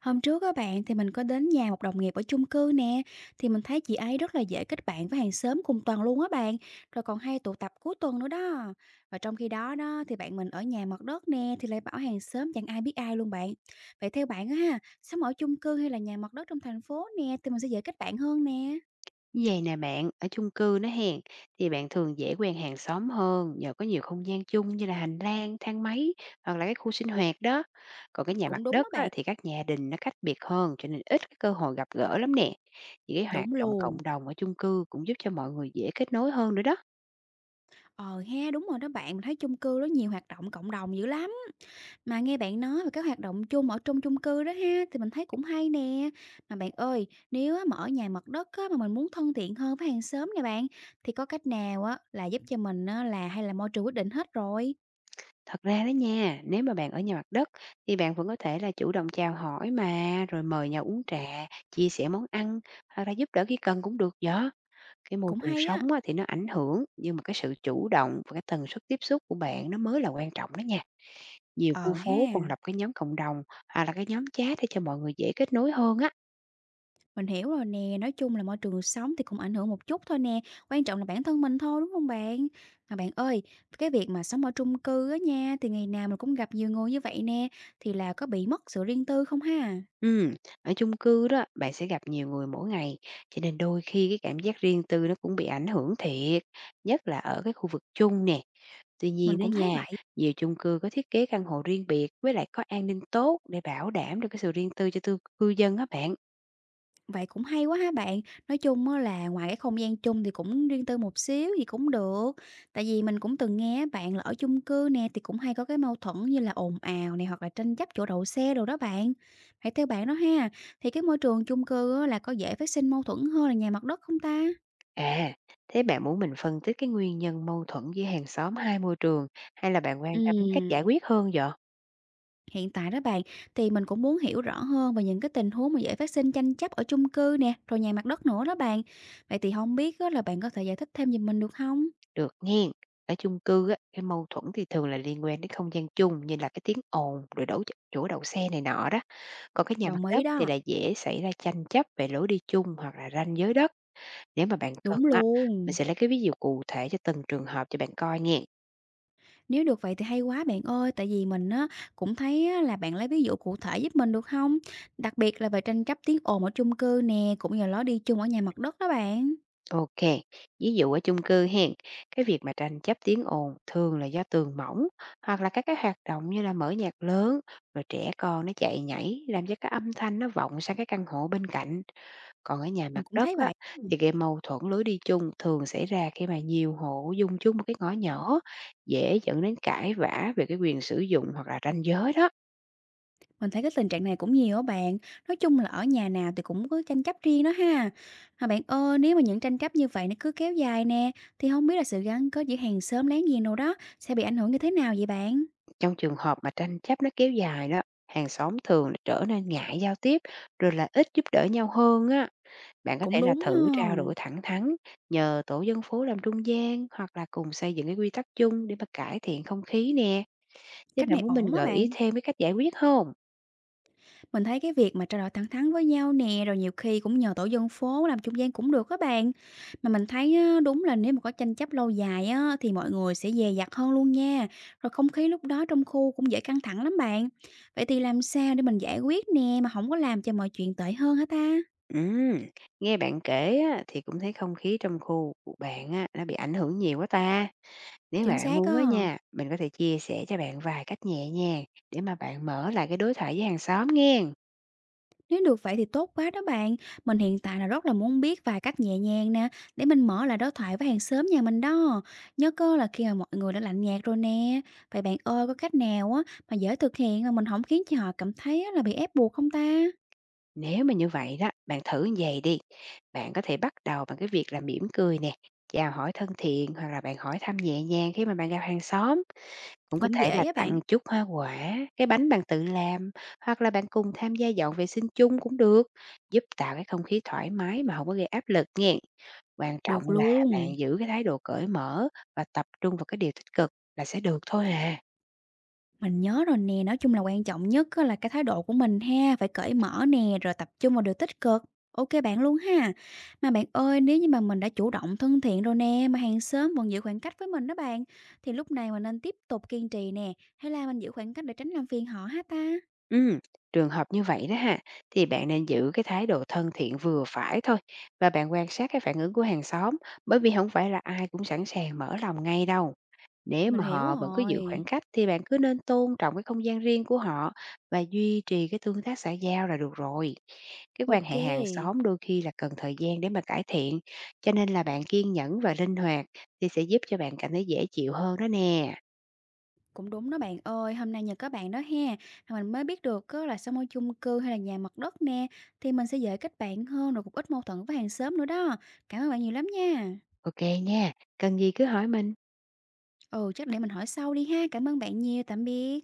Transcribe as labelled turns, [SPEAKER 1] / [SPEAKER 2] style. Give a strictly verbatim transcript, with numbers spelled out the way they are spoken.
[SPEAKER 1] Hôm trước các bạn thì mình có đến nhà một đồng nghiệp ở chung cư nè, thì mình thấy chị ấy rất là dễ kết bạn với hàng xóm cùng tuần luôn á bạn, rồi còn hay tụ tập cuối tuần nữa đó. Và trong khi đó đó thì bạn mình ở nhà mặt đất nè thì lại bảo hàng xóm chẳng ai biết ai luôn bạn. Vậy theo bạn á ha, sống ở chung cư hay là nhà mặt đất trong thành phố nè thì mình sẽ dễ kết bạn hơn nè.
[SPEAKER 2] Vậy nè bạn, ở chung cư nó hèn thì bạn thường dễ quen hàng xóm hơn nhờ có nhiều không gian chung như là hành lang, thang máy hoặc là cái khu sinh hoạt đó. Còn cái nhà
[SPEAKER 1] Cũng
[SPEAKER 2] mặt
[SPEAKER 1] đúng
[SPEAKER 2] đất
[SPEAKER 1] á bạn.
[SPEAKER 2] á, thì các nhà đình nó cách biệt hơn cho nên ít cái cơ hội gặp gỡ lắm nè. Những cái hoạt
[SPEAKER 1] Đúng
[SPEAKER 2] động cộng
[SPEAKER 1] luôn.
[SPEAKER 2] đồng ở chung cư cũng giúp cho mọi người dễ kết nối hơn nữa đó.
[SPEAKER 1] Ờ ha, đúng rồi đó bạn, mình thấy chung cư nó nhiều hoạt động cộng đồng dữ lắm. Mà nghe bạn nói về các hoạt động chung ở trong chung cư đó ha, thì mình thấy cũng hay nè. Mà bạn ơi, nếu á mà ở nhà mặt đất á, mà mình muốn thân thiện hơn với hàng xóm nè bạn, thì có cách nào á là giúp cho mình á, là hay là môi trường quyết định hết rồi?
[SPEAKER 2] Thật ra đó nha, nếu mà bạn ở nhà mặt đất thì bạn vẫn có thể là chủ động chào hỏi mà, rồi mời nhau uống trà, chia sẻ món ăn hoặc là giúp đỡ khi cần cũng được đó. Cái môi
[SPEAKER 1] Cũng
[SPEAKER 2] trường
[SPEAKER 1] hay á.
[SPEAKER 2] sống á, thì nó ảnh hưởng, nhưng mà cái sự chủ động và cái tần suất tiếp xúc của bạn nó mới là quan trọng đó nha. Nhiều khu
[SPEAKER 1] Ờ ha,
[SPEAKER 2] phố còn lập cái nhóm cộng đồng hoặc là cái nhóm chat để cho mọi người dễ kết nối hơn á.
[SPEAKER 1] mình hiểu rồi nè, nói chung là môi trường sống thì cũng ảnh hưởng một chút thôi nè, quan trọng là bản thân mình thôi đúng không bạn? Mà bạn ơi, cái việc mà sống ở chung cư á nha, thì ngày nào mình cũng gặp nhiều người như vậy nè, thì là có bị mất sự riêng tư không ha?
[SPEAKER 2] Ừm, Ở chung cư đó, bạn sẽ gặp nhiều người mỗi ngày, cho nên đôi khi cái cảm giác riêng tư nó cũng bị ảnh hưởng thiệt, nhất là ở cái khu vực chung nè. Tuy
[SPEAKER 1] Mình
[SPEAKER 2] nhiên đó
[SPEAKER 1] cũng thấy
[SPEAKER 2] nha,
[SPEAKER 1] vậy.
[SPEAKER 2] nhiều chung cư có thiết kế căn hộ riêng biệt với lại có an ninh tốt để bảo đảm được cái sự riêng tư cho tư cư dân á bạn.
[SPEAKER 1] Vậy cũng hay quá ha bạn. Nói chung á là ngoài cái không gian chung thì cũng riêng tư một xíu thì cũng được. Tại vì mình cũng từng nghe á bạn là ở chung cư nè thì cũng hay có cái mâu thuẫn như là ồn ào này hoặc là tranh chấp chỗ đậu xe đồ đó bạn. Vậy theo bạn đó ha, thì cái môi trường chung cư á là có dễ phát sinh mâu thuẫn hơn là nhà mặt đất không ta?
[SPEAKER 2] À, thế bạn muốn mình phân tích cái nguyên nhân mâu thuẫn giữa hàng xóm hai môi trường hay là bạn quan tâm đến cách giải
[SPEAKER 1] Ừm,
[SPEAKER 2] quyết hơn vậy?
[SPEAKER 1] hiện tại đó bạn thì mình cũng muốn hiểu rõ hơn về những cái tình huống mà dễ phát sinh tranh chấp ở chung cư nè, rồi nhà mặt đất nữa đó bạn. Vậy thì không biết á là bạn có thể giải thích thêm giùm mình được không?
[SPEAKER 2] Được nghe. Ở chung cư á, cái mâu thuẫn thì thường là liên quan đến không gian chung như là cái tiếng ồn rồi đổ ch- chỗ đậu xe này nọ đó. Còn cái nhà mặt
[SPEAKER 1] Đồng ý
[SPEAKER 2] đất thì
[SPEAKER 1] đó.
[SPEAKER 2] là dễ xảy ra tranh chấp về lối đi chung hoặc là ranh giới đất. Nếu mà bạn cần
[SPEAKER 1] Đúng
[SPEAKER 2] á, mình
[SPEAKER 1] luôn.
[SPEAKER 2] sẽ lấy cái ví dụ cụ thể cho từng trường hợp cho bạn coi nghe.
[SPEAKER 1] Nếu được vậy thì hay quá bạn ơi, tại vì mình á cũng thấy á là bạn lấy ví dụ cụ thể giúp mình được không? Đặc biệt là về tranh chấp tiếng ồn ở chung cư nè, cũng như là lối đi chung ở nhà mặt đất đó bạn.
[SPEAKER 2] Ok, ví dụ ở chung cư hen, cái việc mà tranh chấp tiếng ồn thường là do tường mỏng hoặc là các cái hoạt động như là mở nhạc lớn rồi trẻ con nó chạy nhảy làm cho cái âm thanh nó vọng sang cái căn hộ bên cạnh. Còn ở nhà mặt
[SPEAKER 1] Mình cũng
[SPEAKER 2] đất
[SPEAKER 1] thấy
[SPEAKER 2] á,
[SPEAKER 1] vậy.
[SPEAKER 2] thì cái mâu thuẫn lối đi chung thường xảy ra khi mà nhiều hộ dùng chung một cái ngõ nhỏ dễ dẫn đến cãi vã về cái quyền sử dụng hoặc là ranh giới đó.
[SPEAKER 1] Mình thấy cái tình trạng này cũng nhiều á bạn. Nói chung là ở nhà nào thì cũng có tranh chấp riêng đó ha. Mà bạn ơi, nếu mà những tranh chấp như vậy nó cứ kéo dài nè, thì không biết là sự gắn kết giữa hàng xóm láng giềng đâu đó sẽ bị ảnh hưởng như thế nào vậy bạn?
[SPEAKER 2] Trong trường hợp mà tranh chấp nó kéo dài đó, hàng xóm thường là trở nên ngại giao tiếp rồi là ít giúp đỡ nhau hơn á. Bạn có
[SPEAKER 1] Cũng
[SPEAKER 2] thể là
[SPEAKER 1] đúng ha.
[SPEAKER 2] thử trao đổi thẳng thắn, nhờ tổ dân phố làm trung gian hoặc là cùng xây dựng cái quy tắc chung để mà cải thiện không khí nè. Thế
[SPEAKER 1] Cách
[SPEAKER 2] bạn
[SPEAKER 1] này
[SPEAKER 2] muốn mình
[SPEAKER 1] ổn á
[SPEAKER 2] gợi ý
[SPEAKER 1] bạn.
[SPEAKER 2] thêm cái cách giải quyết không?
[SPEAKER 1] Mình thấy cái việc mà trao đổi thẳng thắn với nhau nè, rồi nhiều khi cũng nhờ tổ dân phố làm trung gian cũng được các bạn. Mà mình thấy á, đúng là nếu mà có tranh chấp lâu dài á, thì mọi người sẽ dè dặt hơn luôn nha. Rồi không khí lúc đó trong khu cũng dễ căng thẳng lắm bạn. Vậy thì làm sao để mình giải quyết nè mà không có làm cho mọi chuyện tệ hơn hả ta?
[SPEAKER 2] Ừm, Nghe bạn kể á, thì cũng thấy không khí trong khu của bạn á, nó bị ảnh hưởng nhiều quá ta. Nếu
[SPEAKER 1] Chính
[SPEAKER 2] bạn
[SPEAKER 1] xác
[SPEAKER 2] muốn á
[SPEAKER 1] á.
[SPEAKER 2] nha, mình có thể chia sẻ cho bạn vài cách nhẹ nhàng để mà bạn mở lại cái đối thoại với hàng xóm nghe.
[SPEAKER 1] Nếu được vậy thì tốt quá đó bạn. Mình hiện tại là rất là muốn biết vài cách nhẹ nhàng nè, để mình mở lại đối thoại với hàng xóm nhà mình đó. Nhớ cơ là khi mà mọi người đã lạnh nhạt rồi nè. Vậy bạn ơi, có cách nào á mà dễ thực hiện mà mình không khiến cho họ cảm thấy á là bị ép buộc không ta?
[SPEAKER 2] Nếu mà như vậy đó, bạn thử như vầy đi, bạn có thể bắt đầu bằng cái việc là mỉm cười nè, chào hỏi thân thiện hoặc là bạn hỏi thăm nhẹ nhàng khi mà bạn gặp hàng xóm. Cũng có
[SPEAKER 1] Cũng
[SPEAKER 2] thể
[SPEAKER 1] dễ
[SPEAKER 2] là
[SPEAKER 1] á bạn.
[SPEAKER 2] tặng chút hoa quả, cái bánh bạn tự làm, hoặc là bạn cùng tham gia dọn vệ sinh chung cũng được, giúp tạo cái không khí thoải mái mà không có gây áp lực nghen. Quan trọng
[SPEAKER 1] Được
[SPEAKER 2] là
[SPEAKER 1] luôn.
[SPEAKER 2] bạn giữ cái thái độ cởi mở và tập trung vào cái điều tích cực là sẽ được thôi à.
[SPEAKER 1] Mình nhớ rồi nè, nói chung là quan trọng nhất á là cái thái độ của mình ha, phải cởi mở nè, rồi tập trung vào điều tích cực. Ok bạn luôn ha. Mà bạn ơi, nếu như mà mình đã chủ động thân thiện rồi nè, mà hàng xóm vẫn giữ khoảng cách với mình đó bạn, thì lúc này mình nên tiếp tục kiên trì nè, hay là mình giữ khoảng cách để tránh làm phiền họ ha ta?
[SPEAKER 2] Ừm, Trường hợp như vậy đó ha, thì bạn nên giữ cái thái độ thân thiện vừa phải thôi và bạn quan sát cái phản ứng của hàng xóm, bởi vì không phải là ai cũng sẵn sàng mở lòng ngay đâu. Nếu
[SPEAKER 1] Mình
[SPEAKER 2] mà
[SPEAKER 1] hiểu
[SPEAKER 2] họ vẫn cứ giữ khoảng
[SPEAKER 1] rồi.
[SPEAKER 2] cách thì bạn cứ nên tôn trọng cái không gian riêng của họ và duy trì cái tương tác xã giao là được rồi. Cái quan
[SPEAKER 1] Ok,
[SPEAKER 2] hệ hàng xóm đôi khi là cần thời gian để mà cải thiện, cho nên là bạn kiên nhẫn và linh hoạt thì sẽ giúp cho bạn cảm thấy dễ chịu hơn đó nè.
[SPEAKER 1] cũng đúng đó bạn ơi, hôm nay nhờ các bạn đó ha, mà mình mới biết được á là sống ở chung cư hay là nhà mặt đất nè, thì mình sẽ dễ kết bạn hơn, rồi cũng ít mâu thuẫn với hàng xóm nữa đó. Cảm ơn bạn nhiều lắm nha.
[SPEAKER 2] Ok nha, cần gì cứ hỏi mình.
[SPEAKER 1] Ừ, chắc để mình hỏi sau đi ha. Cảm ơn bạn nhiều. Tạm biệt.